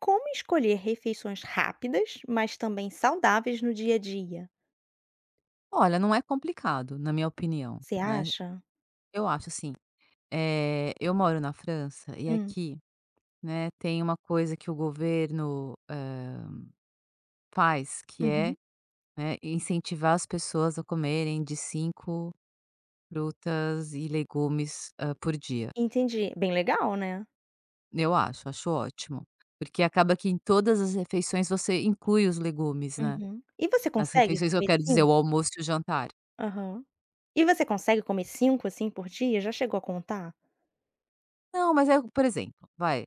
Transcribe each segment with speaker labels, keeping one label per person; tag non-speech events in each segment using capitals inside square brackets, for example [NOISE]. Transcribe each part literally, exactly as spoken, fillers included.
Speaker 1: Como escolher refeições rápidas, mas também saudáveis no dia a dia?
Speaker 2: Olha, não é complicado, na minha opinião,
Speaker 1: Você
Speaker 2: né.
Speaker 1: acha?
Speaker 2: Eu acho assim. Eh, eu moro na França e
Speaker 1: Hum,
Speaker 2: aqui, né, tem uma coisa que o governo, hã, faz que é,
Speaker 1: uhum.
Speaker 2: né, incentivar as pessoas a comerem de cinco frutas e legumes, hã, por dia.
Speaker 1: Entendi. Bem legal, né?
Speaker 2: Eu acho, acho ótimo, porque acaba que em todas as refeições você inclui os legumes, né.
Speaker 1: Uhum. E você
Speaker 2: As
Speaker 1: consegue
Speaker 2: refeições, eu
Speaker 1: comer
Speaker 2: quero dizer,
Speaker 1: cinco?
Speaker 2: o almoço e o jantar.
Speaker 1: Aham. E você consegue comer cinco assim, por dia? Já chegou a contar?
Speaker 2: Não, mas é, por exemplo, vai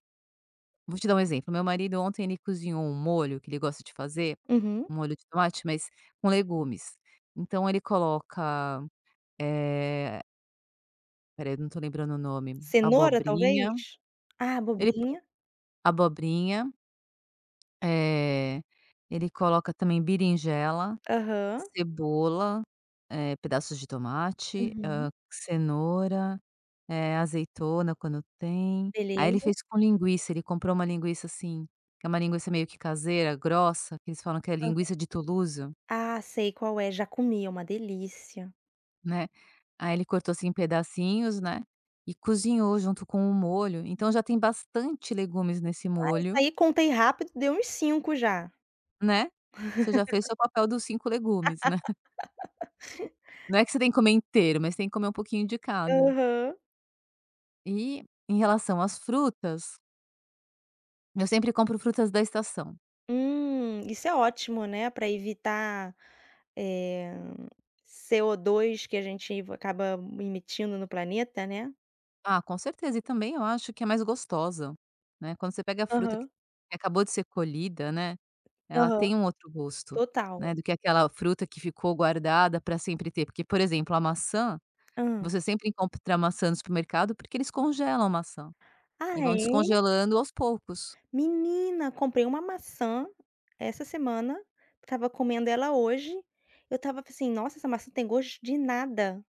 Speaker 2: Vou te dar um exemplo. Meu marido ontem ele cozinhou um molho que ele gosta de fazer,
Speaker 1: Uhum.
Speaker 2: um molho de tomate, mas com legumes. Então ele coloca, eh, espera, eu não tô lembrando o nome,
Speaker 1: Cenoura,
Speaker 2: abobrinha.
Speaker 1: talvez? Ah,
Speaker 2: ele
Speaker 1: abobrinha.
Speaker 2: abobrinha, eh, ele coloca também berinjela,
Speaker 1: Aham.
Speaker 2: cebola, eh, pedaços de tomate,
Speaker 1: Uhum.
Speaker 2: hã, cenoura, eh, azeitona quando tem. Aí ele
Speaker 1: Beleza.
Speaker 2: fez com linguiça, ele comprou uma linguiça, assim, que é uma linguiça meio que caseira, grossa, que eles falam que é linguiça de Toulouse,
Speaker 1: Ah, sei qual é, já comi, é uma delícia.
Speaker 2: né. Aí ele cortou, assim, em pedacinhos, né, e cozinhou junto com o molho, então já tem bastante legumes nesse
Speaker 1: Ah, isso
Speaker 2: molho,
Speaker 1: aí contei rápido, deu uns cinco já.
Speaker 2: né. Você já fez seu papel dos cinco legumes, né. Não é que você tem que comer inteiro, mas tem que comer um pouquinho de cada.
Speaker 1: Aham.
Speaker 2: E em relação às frutas, eu sempre compro frutas da estação.
Speaker 1: Hum, isso é ótimo, né, para evitar, eh, co dois que a gente acaba emitindo no planeta, né.
Speaker 2: Ah, com certeza, e também eu acho que é mais gostosa, né, quando você pega a fruta que
Speaker 1: Aham,
Speaker 2: acabou de ser colhida, né, ela
Speaker 1: aham.
Speaker 2: tem um outro gosto,
Speaker 1: Total.
Speaker 2: né, do que aquela fruta que ficou guardada para sempre ter, porque, por exemplo, a maçã,
Speaker 1: Hã.
Speaker 2: você sempre encontra maçã no supermercado, porque eles congelam a maçã
Speaker 1: Ah,
Speaker 2: e vão
Speaker 1: é?
Speaker 2: descongelando aos poucos.
Speaker 1: Menina, comprei uma maçã essa semana, tava comendo ela hoje, eu tava assim: "Nossa, essa maçã tem gosto de nada".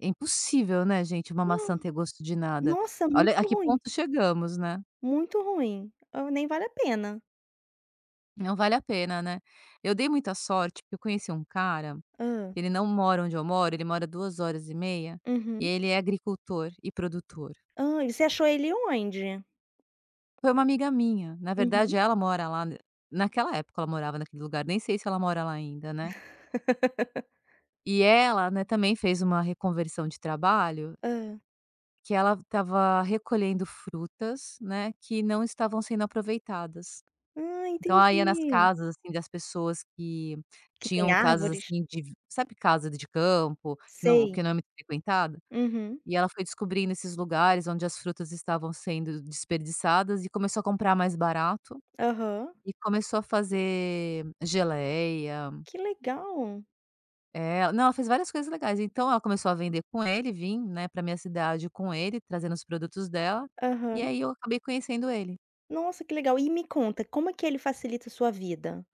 Speaker 2: É impossível, né, gente, uma maçã ter gosto de nada.
Speaker 1: Nossa,
Speaker 2: Olha a
Speaker 1: muito
Speaker 2: que
Speaker 1: ruim,
Speaker 2: ponto chegamos, né.
Speaker 1: muito ruim. Hã, nem vale a pena.
Speaker 2: Não vale a pena, né. Eu dei muita sorte, porque eu conheci um cara.
Speaker 1: Hã.
Speaker 2: Ele não mora onde eu moro, ele mora duas horas e meia, e
Speaker 1: Uhum.
Speaker 2: ele é agricultor e produtor.
Speaker 1: Hã, e você achou ele onde?
Speaker 2: Foi uma amiga minha, na
Speaker 1: Uhum.
Speaker 2: verdade ela mora lá, n naquela época ela morava naquele lugar, nem sei se ela mora lá ainda, né.
Speaker 1: [LAUGHS]
Speaker 2: E ela, né, também fez uma reconversão de trabalho,
Speaker 1: Hã.
Speaker 2: que ela estava recolhendo frutas, né, que não estavam sendo aproveitadas.
Speaker 1: Ah,
Speaker 2: Então ela ia nas
Speaker 1: entendi.
Speaker 2: casas, assim, das pessoas que
Speaker 1: Que tem
Speaker 2: tinham casas,
Speaker 1: árvores?
Speaker 2: assim, de, sabe, casa de campo, que não
Speaker 1: Sei.
Speaker 2: que não é muito frequentada?
Speaker 1: Uhum.
Speaker 2: E ela foi descobrindo esses lugares onde as frutas estavam sendo desperdiçadas e começou a comprar mais barato
Speaker 1: Aham.
Speaker 2: e começou a fazer geleia.
Speaker 1: Que legal.
Speaker 2: É, não, ela fez várias coisas legais. Então ela começou a vender com ele, vim, né, pra minha cidade com ele, trazendo os produtos dela, e
Speaker 1: Aham.
Speaker 2: aí eu acabei conhecendo ele.
Speaker 1: Nossa, que legal. E me conta, como é que ele facilita a sua vida?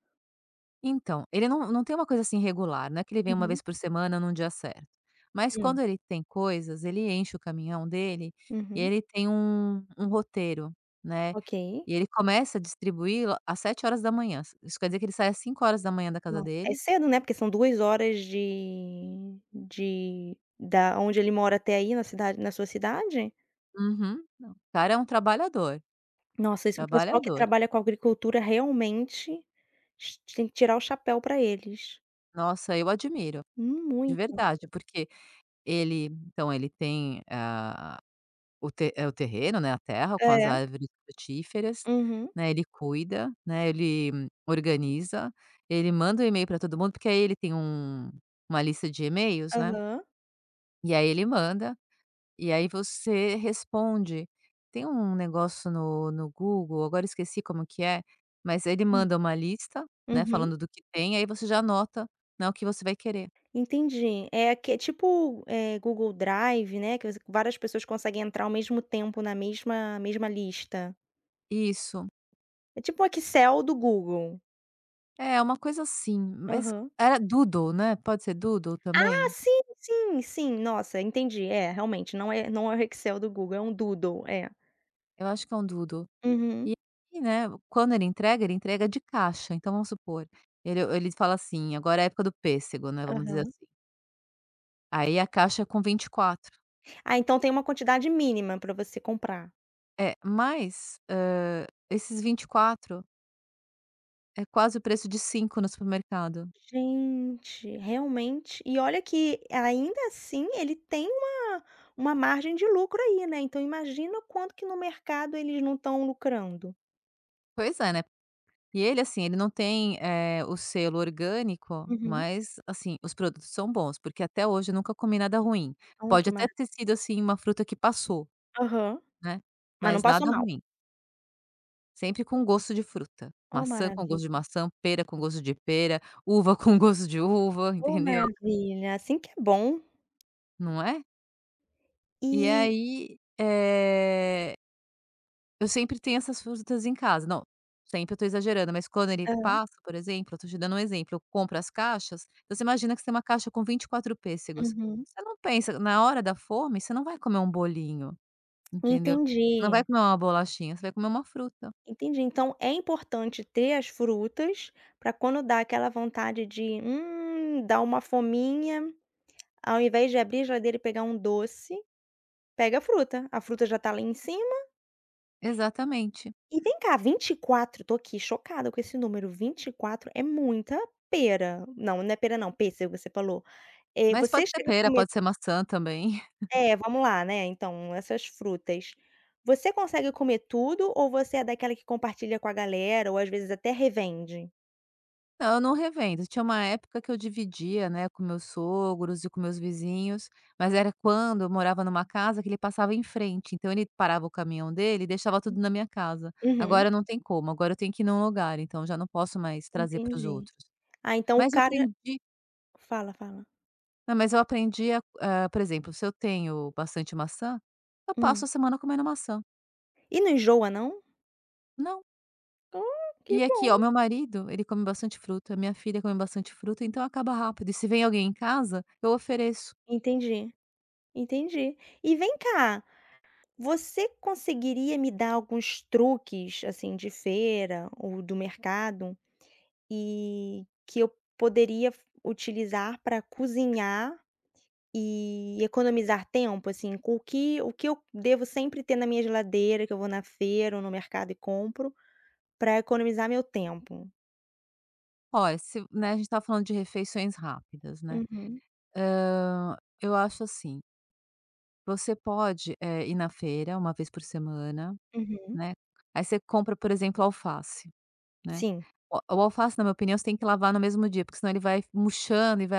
Speaker 2: Então, ele não não tem uma coisa assim regular, não é que ele vem uma
Speaker 1: Uhum.
Speaker 2: vez por semana num dia certo, mas
Speaker 1: Hum.
Speaker 2: quando ele tem coisas, ele enche o caminhão dele e
Speaker 1: Uhum.
Speaker 2: ele tem um um roteiro, né.
Speaker 1: Ok.
Speaker 2: E ele começa a distribuir lo às sete horas da manhã. Isso quer dizer que ele sai às cinco horas da manhã da casa
Speaker 1: Nossa, é
Speaker 2: dele.
Speaker 1: cedo, né, porque são duas horas de de da onde ele mora até aí na cidade na sua cidade?
Speaker 2: Uhum. Não, o cara é um trabalhador,
Speaker 1: Nossa, isso o pessoal que
Speaker 2: trabalhador.
Speaker 1: trabalha com agricultura realmente ti tem que tirar o chapéu para eles.
Speaker 2: Nossa, eu admiro,
Speaker 1: Hum,
Speaker 2: de
Speaker 1: muito.
Speaker 2: verdade, porque ele, então ele tem, ah, o te eh, o terreno, né, a terra com as
Speaker 1: É.
Speaker 2: árvores frutíferas,
Speaker 1: Uhum.
Speaker 2: né, ele cuida, né, ele hum, organiza, ele manda o e-mail para todo mundo, porque aí ele tem um uma lista de e-mails, né,
Speaker 1: Aham.
Speaker 2: e aí ele manda. E aí você responde. Tem um negócio no no Google, agora esqueci como que é, mas ele
Speaker 1: Hum.
Speaker 2: manda uma lista, né,
Speaker 1: Uhum.
Speaker 2: falando do que tem, aí você já anota, né, o que você vai querer.
Speaker 1: Entendi. É que é tipo, eh, Google Drive, né, que você várias pessoas conseguem entrar ao mesmo tempo na mesma mesma lista.
Speaker 2: Isso.
Speaker 1: É tipo um Excel do Google.
Speaker 2: É, uma coisa assim, mas
Speaker 1: Aham.
Speaker 2: era Doodle, né, pode ser Doodle
Speaker 1: Ah,
Speaker 2: também?
Speaker 1: sim, sim, sim. Nossa, entendi. É, realmente, não é não é o Excel do Google, é um Doodle, é.
Speaker 2: Eu acho que é um Doodle. E
Speaker 1: Uhum.
Speaker 2: aí, né, quando ele entrega, ele entrega de caixa, então vamos supor, ele ele fala assim: "Agora é a época do pêssego", né, vamos dizer
Speaker 1: Aham.
Speaker 2: assim. Aí a caixa é com vinte e quatro.
Speaker 1: Ah, então tem uma quantidade mínima para você comprar.
Speaker 2: É, mas, hã, esses vinte e quatro é quase o preço de cinco no supermercado.
Speaker 1: Gente, realmente. E olha que ainda assim ele tem uma uma margem de lucro aí, né, então imagina quanto que no mercado eles não estão lucrando.
Speaker 2: Pois é, né. E ele, assim, ele não tem, eh, o selo orgânico,
Speaker 1: Uhum.
Speaker 2: mas, assim, os produtos são bons, porque até hoje eu nunca comi nada ruim.
Speaker 1: Oh,
Speaker 2: Pode
Speaker 1: que
Speaker 2: até
Speaker 1: mara
Speaker 2: ter sido, assim, uma fruta que passou,
Speaker 1: aham.
Speaker 2: né,
Speaker 1: Mas não
Speaker 2: mas
Speaker 1: passou
Speaker 2: nada
Speaker 1: mal.
Speaker 2: ruim, sempre com gosto de fruta.
Speaker 1: Oh,
Speaker 2: Maçã com
Speaker 1: maravilha.
Speaker 2: gosto de maçã, pera com gosto de pera, uva [LAUGHS] com gosto de uva,
Speaker 1: Oh,
Speaker 2: entendeu?
Speaker 1: maravilha, assim que é bom.
Speaker 2: Não é? E
Speaker 1: E
Speaker 2: aí, eh eu sempre tenho essas frutas em casa. Não, sempre, eu tô exagerando, mas quando ele
Speaker 1: hã,
Speaker 2: passa, por exemplo, eu tô te dando um exemplo, eu compro as caixas, então você imagina que você tem uma caixa com vinte e quatro pêssegos.
Speaker 1: uhum.
Speaker 2: Você não pensa na hora da fome, você não vai comer um bolinho, entendeu? Não vai
Speaker 1: Entendi,
Speaker 2: comer uma bolachinha, você vai comer uma fruta.
Speaker 1: entendi. Então é importante ter as frutas para quando dá aquela vontade de, hum, dá uma fominha, ao invés de abrir a geladeira e pegar um doce. Pega a fruta, a fruta já tá lá em cima.
Speaker 2: Exatamente.
Speaker 1: E vem cá, vinte e quatro. Tô aqui chocada com esse número. Vinte e quatro é muita pera. Não, não é pera não, pêssego você falou. Eh,
Speaker 2: Mas
Speaker 1: você
Speaker 2: pode ser
Speaker 1: chega a
Speaker 2: pera,
Speaker 1: comer
Speaker 2: pode ser maçã também.
Speaker 1: é, vamos lá, né, então, essas frutas. Você consegue comer tudo ou você é daquela que compartilha com a galera ou às vezes até revende?
Speaker 2: Não, eu não revendo. Tinha uma época que eu dividia, né, com meus sogros e com meus vizinhos, mas era quando eu morava numa casa que ele passava em frente, então ele parava o caminhão dele e deixava tudo na minha casa.
Speaker 1: Uhum,
Speaker 2: Agora não tem como, agora eu tenho que ir num lugar, então já não posso mais trazer para os
Speaker 1: entendi.
Speaker 2: outros.
Speaker 1: Ah, então o
Speaker 2: Mas eu
Speaker 1: cara
Speaker 2: aprendi,
Speaker 1: fala, fala.
Speaker 2: não, mas eu aprendi a, hã, por exemplo, se eu tenho bastante maçã, eu passo
Speaker 1: Hum.
Speaker 2: a semana comendo maçã.
Speaker 1: E não enjoa não?
Speaker 2: Não.
Speaker 1: Ah, que
Speaker 2: E aqui, ó,
Speaker 1: bom.
Speaker 2: meu marido, ele come bastante fruta, minha filha come bastante fruta, então acaba rápido. E se vem alguém em casa, eu ofereço.
Speaker 1: Entendi, entendi. E vem cá. Você conseguiria me dar alguns truques, assim, de feira ou do mercado e que eu poderia f utilizar para cozinhar e economizar tempo, assim, com o que o que eu devo sempre ter na minha geladeira, que eu vou na feira ou no mercado e compro, para economizar meu tempo?
Speaker 2: Olha, se, né, a gente está falando de refeições rápidas, né.
Speaker 1: Uhum,
Speaker 2: Hã, eu acho assim, você pode, eh, ir na feira uma vez por semana,
Speaker 1: uhum,
Speaker 2: né, aí você compra, por exemplo, alface, né.
Speaker 1: sim.
Speaker 2: O o alface, na minha opinião, você tem que lavar no mesmo dia, porque senão ele vai murchando e vai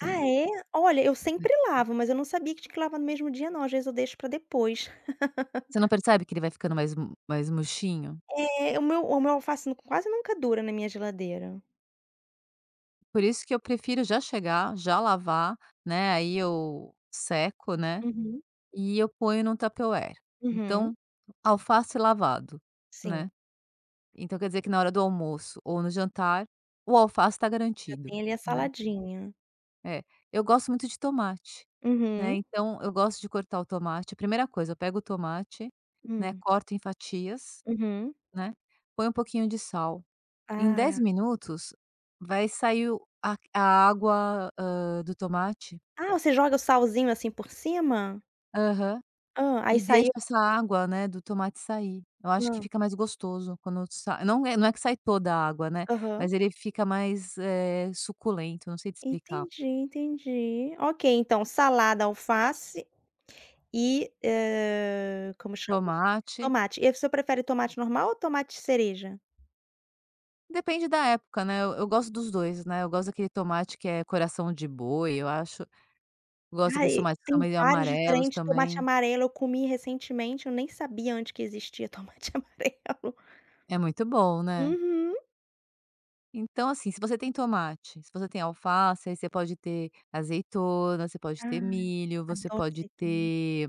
Speaker 1: Ah, é? Olha, eu sempre lavo, mas eu não sabia que tinha que lavar no mesmo dia não, às vezes eu deixo para depois.
Speaker 2: Você não percebe que ele vai ficando mais mu mais murchinho?
Speaker 1: É, o meu o meu alface nu quase nunca dura na minha geladeira.
Speaker 2: Por isso que eu prefiro já chegar, já lavar, né, aí eu seco, né,
Speaker 1: Uhum,
Speaker 2: e eu ponho num Tupperware.
Speaker 1: uhum,
Speaker 2: Então, alface lavado, né.
Speaker 1: sim.
Speaker 2: Então quer dizer que na hora do almoço ou no jantar, o alface está
Speaker 1: Já
Speaker 2: garantido,
Speaker 1: tem ali a
Speaker 2: né.
Speaker 1: saladinha.
Speaker 2: É. Eu gosto muito de tomate, né,
Speaker 1: Uhum,
Speaker 2: então eu gosto de cortar o tomate, a primeira coisa, eu pego o tomate, né,
Speaker 1: hum,
Speaker 2: corto em fatias,
Speaker 1: uhum.
Speaker 2: né, põe um pouquinho de sal. Em
Speaker 1: Ah.
Speaker 2: dez minutos vai sair o a a água, hã, do tomate.
Speaker 1: Ah, você joga o salzinho, assim, por cima?
Speaker 2: Aham.
Speaker 1: Hã, aí
Speaker 2: E deixa
Speaker 1: saiu,
Speaker 2: essa água, né, do tomate sair. Eu acho que
Speaker 1: hã,
Speaker 2: fica mais gostoso quando sai, não é não é que sai toda a água, né,
Speaker 1: aham.
Speaker 2: mas ele fica mais, eh, suculento, não sei te explicar.
Speaker 1: Entendi, entendi. Ok, então salada, alface e, hã, como chama?
Speaker 2: Tomate,
Speaker 1: Tomate. E você prefere tomate normal ou tomate cereja?
Speaker 2: depende da época, né, eu eu gosto dos dois, né, eu gosto daquele tomate que é coração de boi, eu acho, gosto daqueles
Speaker 1: Ai,
Speaker 2: tomates que são
Speaker 1: tem
Speaker 2: meio
Speaker 1: vários
Speaker 2: amarelos
Speaker 1: diferentes. Tomate
Speaker 2: também.
Speaker 1: amarelo eu comi recentemente, eu nem sabia antes que existia [LAUGHS] tomate amarelo.
Speaker 2: É muito bom, né.
Speaker 1: Uhum.
Speaker 2: Então, assim, se você tem tomate, se você tem alface, aí você pode ter azeitona, você pode ter
Speaker 1: Ah.
Speaker 2: milho, você
Speaker 1: Adoro
Speaker 2: pode
Speaker 1: azeitona.
Speaker 2: ter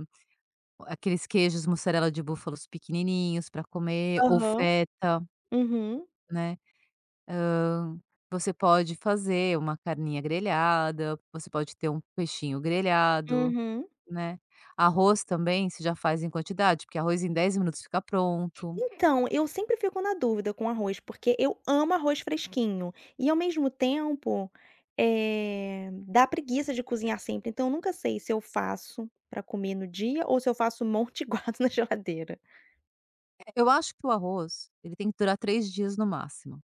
Speaker 2: aqueles queijos mussarela de búfalos pequenininhos para comer, ou
Speaker 1: Aham.
Speaker 2: feta,
Speaker 1: Uhum,
Speaker 2: né. Hã, você pode fazer uma carninha grelhada, você pode ter um peixinho grelhado,
Speaker 1: uhum.
Speaker 2: né. Arroz também você já faz em quantidade, porque arroz em dez minutos fica pronto.
Speaker 1: Então, eu sempre fico na dúvida com arroz, porque eu amo arroz fresquinho e, ao mesmo tempo, eh, dá preguiça de cozinhar sempre, então eu nunca sei se eu faço pra comer no dia ou se eu faço um monte e [LAUGHS] guardo na geladeira.
Speaker 2: Eh, eu acho que o arroz, ele tem que durar três dias no máximo,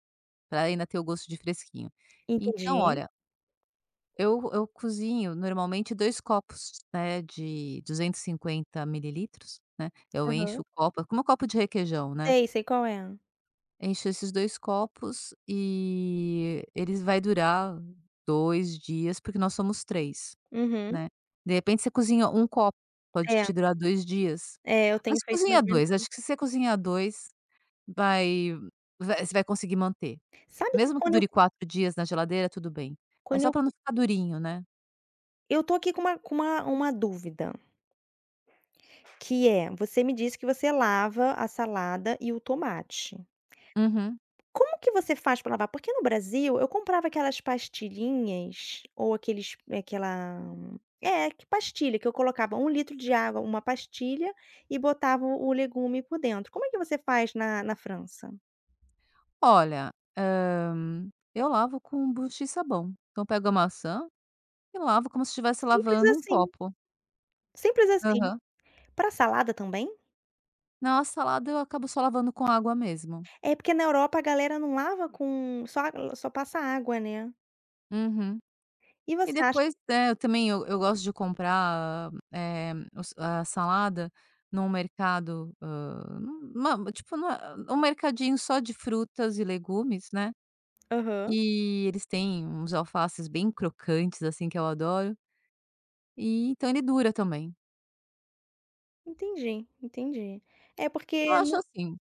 Speaker 2: para ainda ter o gosto de fresquinho. Então
Speaker 1: Entendi.
Speaker 2: olha, Eu eu cozinho normalmente dois copos, né, de duzentos e cinquenta mililitros, né, eu
Speaker 1: Aham.
Speaker 2: encho o copo, é como um copo de requeijão, né,
Speaker 1: Sei, sei qual é.
Speaker 2: encho esses dois copos e eles vai durar dois dias, porque nós somos três,
Speaker 1: Uhum.
Speaker 2: né. De repente você cozinha um copo, pode
Speaker 1: É,
Speaker 2: te durar dois dias,
Speaker 1: é, eu tenho
Speaker 2: mas
Speaker 1: feito mais
Speaker 2: cozinha
Speaker 1: ou menos
Speaker 2: dois. Acho que se
Speaker 1: isso.
Speaker 2: você cozinhar dois vai vai você vai conseguir manter,
Speaker 1: Sabe que
Speaker 2: mesmo que
Speaker 1: quando eu
Speaker 2: dure
Speaker 1: co
Speaker 2: quatro dias na geladeira, tudo bem, é
Speaker 1: quando
Speaker 2: só
Speaker 1: eu
Speaker 2: para não
Speaker 1: co
Speaker 2: ficar durinho, né.
Speaker 1: eu tô aqui com uma com uma uma dúvida. Que é, você me disse que você lava a salada e o tomate.
Speaker 2: Uhum.
Speaker 1: Como que você faz para lavar? Porque no Brasil eu comprava aquelas pastilhinhas ou aqueles aquela é, que pastilha que eu colocava um litro de água, uma pastilha e botava o legume por dentro. Como é que você faz na na França?
Speaker 2: Olha, hã, eu lavo com buchi e sabão. Então eu pego a maçã e lavo como se estivesse
Speaker 1: Simples
Speaker 2: lavando um
Speaker 1: assim,
Speaker 2: copo.
Speaker 1: simples assim.
Speaker 2: Aham.
Speaker 1: Para salada também?
Speaker 2: Na salada eu acabo só lavando com água mesmo.
Speaker 1: É, porque na Europa a galera não lava com só só passa água, né.
Speaker 2: Uhum.
Speaker 1: E
Speaker 2: E
Speaker 1: você acha
Speaker 2: depois, né, eu também eu eu gosto de comprar, eh, os a salada num mercado, hã, numa tipo numa um mercadinho só de frutas e legumes, né.
Speaker 1: aham,
Speaker 2: E eles têm uns alfaces bem crocantes, assim, que eu adoro, e então ele dura também.
Speaker 1: entendi, entendi. É
Speaker 2: Eu
Speaker 1: porque
Speaker 2: acho
Speaker 1: no
Speaker 2: assim,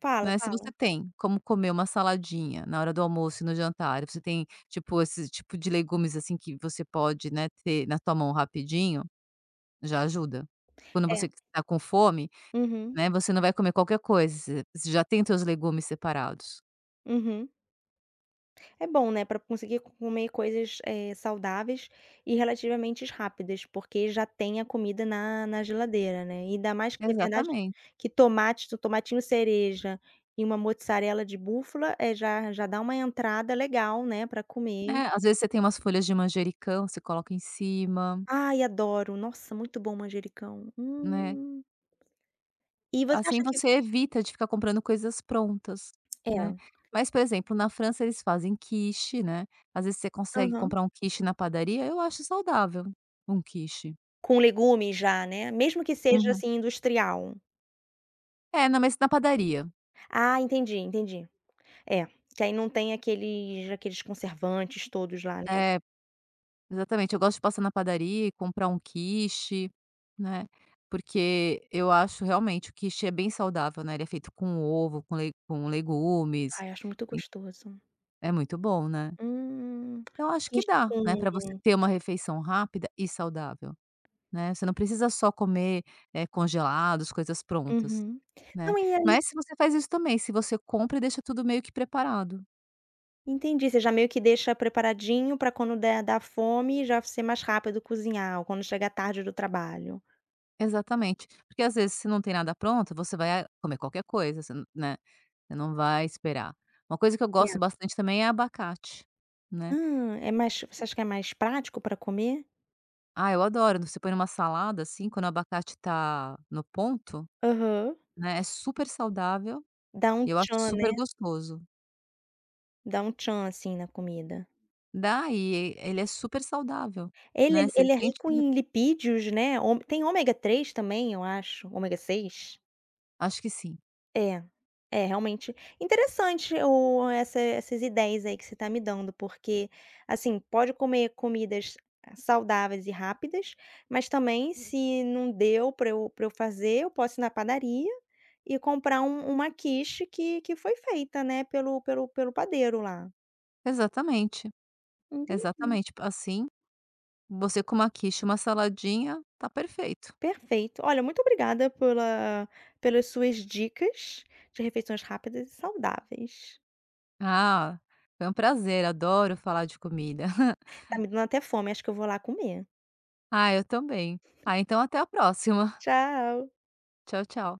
Speaker 1: Fala,
Speaker 2: né, se você
Speaker 1: fala.
Speaker 2: tem como comer uma saladinha na hora do almoço e no jantar, você tem, tipo, esse tipo de legumes, assim, que você pode, né, ter na tua mão rapidinho, já ajuda. Quando
Speaker 1: É.
Speaker 2: você está com fome,
Speaker 1: Uhum,
Speaker 2: né, você não vai comer qualquer coisa, você você já tem teus legumes separados.
Speaker 1: uhum. É bom, né, para conseguir co- comer coisas, eh, saudáveis e relativamente rápidas, porque já tem a comida na na geladeira, né. E ainda mais que é verdade
Speaker 2: Exatamente.
Speaker 1: que tomate o tomatinho cereja e uma mozzarella de búfala, é já já dá uma entrada legal, né, para comer.
Speaker 2: É, às vezes você tem umas folhas de manjericão, você coloca em cima,
Speaker 1: Ai, adoro. Nossa, muito bom manjericão.
Speaker 2: né.
Speaker 1: Hum. E você
Speaker 2: Assim
Speaker 1: acha que
Speaker 2: você evita de ficar comprando coisas prontas, né.
Speaker 1: é.
Speaker 2: Mas, por exemplo, na França eles fazem quiche, né, às vezes você consegue
Speaker 1: Aham.
Speaker 2: comprar um quiche na padaria, eu acho saudável, um quiche.
Speaker 1: Com legumes já, né, mesmo que seja,
Speaker 2: Uhum.
Speaker 1: assim, industrial.
Speaker 2: É, não, mas na padaria.
Speaker 1: Ah, entendi, entendi. É, que aí não tem aqueles aqueles conservantes todos lá, né.
Speaker 2: É, exatamente, eu gosto de passar na padaria e comprar um quiche, né, porque eu acho realmente o quiche é bem saudável, né, ele é feito com ovo, com le com legumes,
Speaker 1: Ai, acho muito gostoso.
Speaker 2: é muito bom, né.
Speaker 1: Hum,
Speaker 2: Então acho que
Speaker 1: quiche
Speaker 2: dá,
Speaker 1: com
Speaker 2: né, pra você ter uma refeição rápida e saudável. Né, você não precisa só comer, eh, congelados, coisas prontas,
Speaker 1: uhum.
Speaker 2: né.
Speaker 1: Não, e ali,
Speaker 2: Mas se você faz isso também, se você compra e deixa tudo meio que preparado.
Speaker 1: entendi, você já meio que deixa preparadinho pra quando der dar fome, já ser mais rápido cozinhar, ou quando chegar tarde do trabalho.
Speaker 2: Exatamente. Porque às vezes se não tem nada pronto, você vai ah, comer qualquer coisa, você n né, você não vai esperar. Uma coisa que eu
Speaker 1: É.
Speaker 2: gosto bastante também é abacate, né.
Speaker 1: Ah, é mais você acha que é mais prático pra comer?
Speaker 2: Ah, eu adoro, você põe numa salada, assim, quando o abacate tá no ponto,
Speaker 1: Aham.
Speaker 2: né, é super saudável
Speaker 1: Dá um
Speaker 2: e eu acho
Speaker 1: tchan,
Speaker 2: super
Speaker 1: né,
Speaker 2: gostoso.
Speaker 1: dá um tchan, assim, na comida.
Speaker 2: Dá, e ele é super saudável,
Speaker 1: Ele é,
Speaker 2: né, você
Speaker 1: ele é
Speaker 2: sente
Speaker 1: rico
Speaker 2: que
Speaker 1: em lipídios, né, ôme tem ômega três também, eu acho, ômega seis.
Speaker 2: acho que sim.
Speaker 1: É, é realmente interessante o essa essas ideias aí que você tá me dando, porque, assim, pode comer comidas saudáveis e rápidas, mas também se não deu para eu pra eu fazer, eu posso ir na padaria e comprar um uma quiche que que foi feita, né, pelo pelo pelo padeiro lá.
Speaker 2: Exatamente,
Speaker 1: Entendi,
Speaker 2: exatamente. Assim, você com uma quiche e uma saladinha, tá perfeito.
Speaker 1: perfeito. Olha, muito obrigada pela pelas suas dicas de refeições rápidas e saudáveis.
Speaker 2: "Ah, foi um prazer, adoro falar de comida." [LAUGHS]
Speaker 1: Tá me dando até fome, acho que eu vou lá comer.
Speaker 2: "Ah, eu também." "Ah, então até a próxima." [LAUGHS]
Speaker 1: Tchau.
Speaker 2: "Tchau, tchau."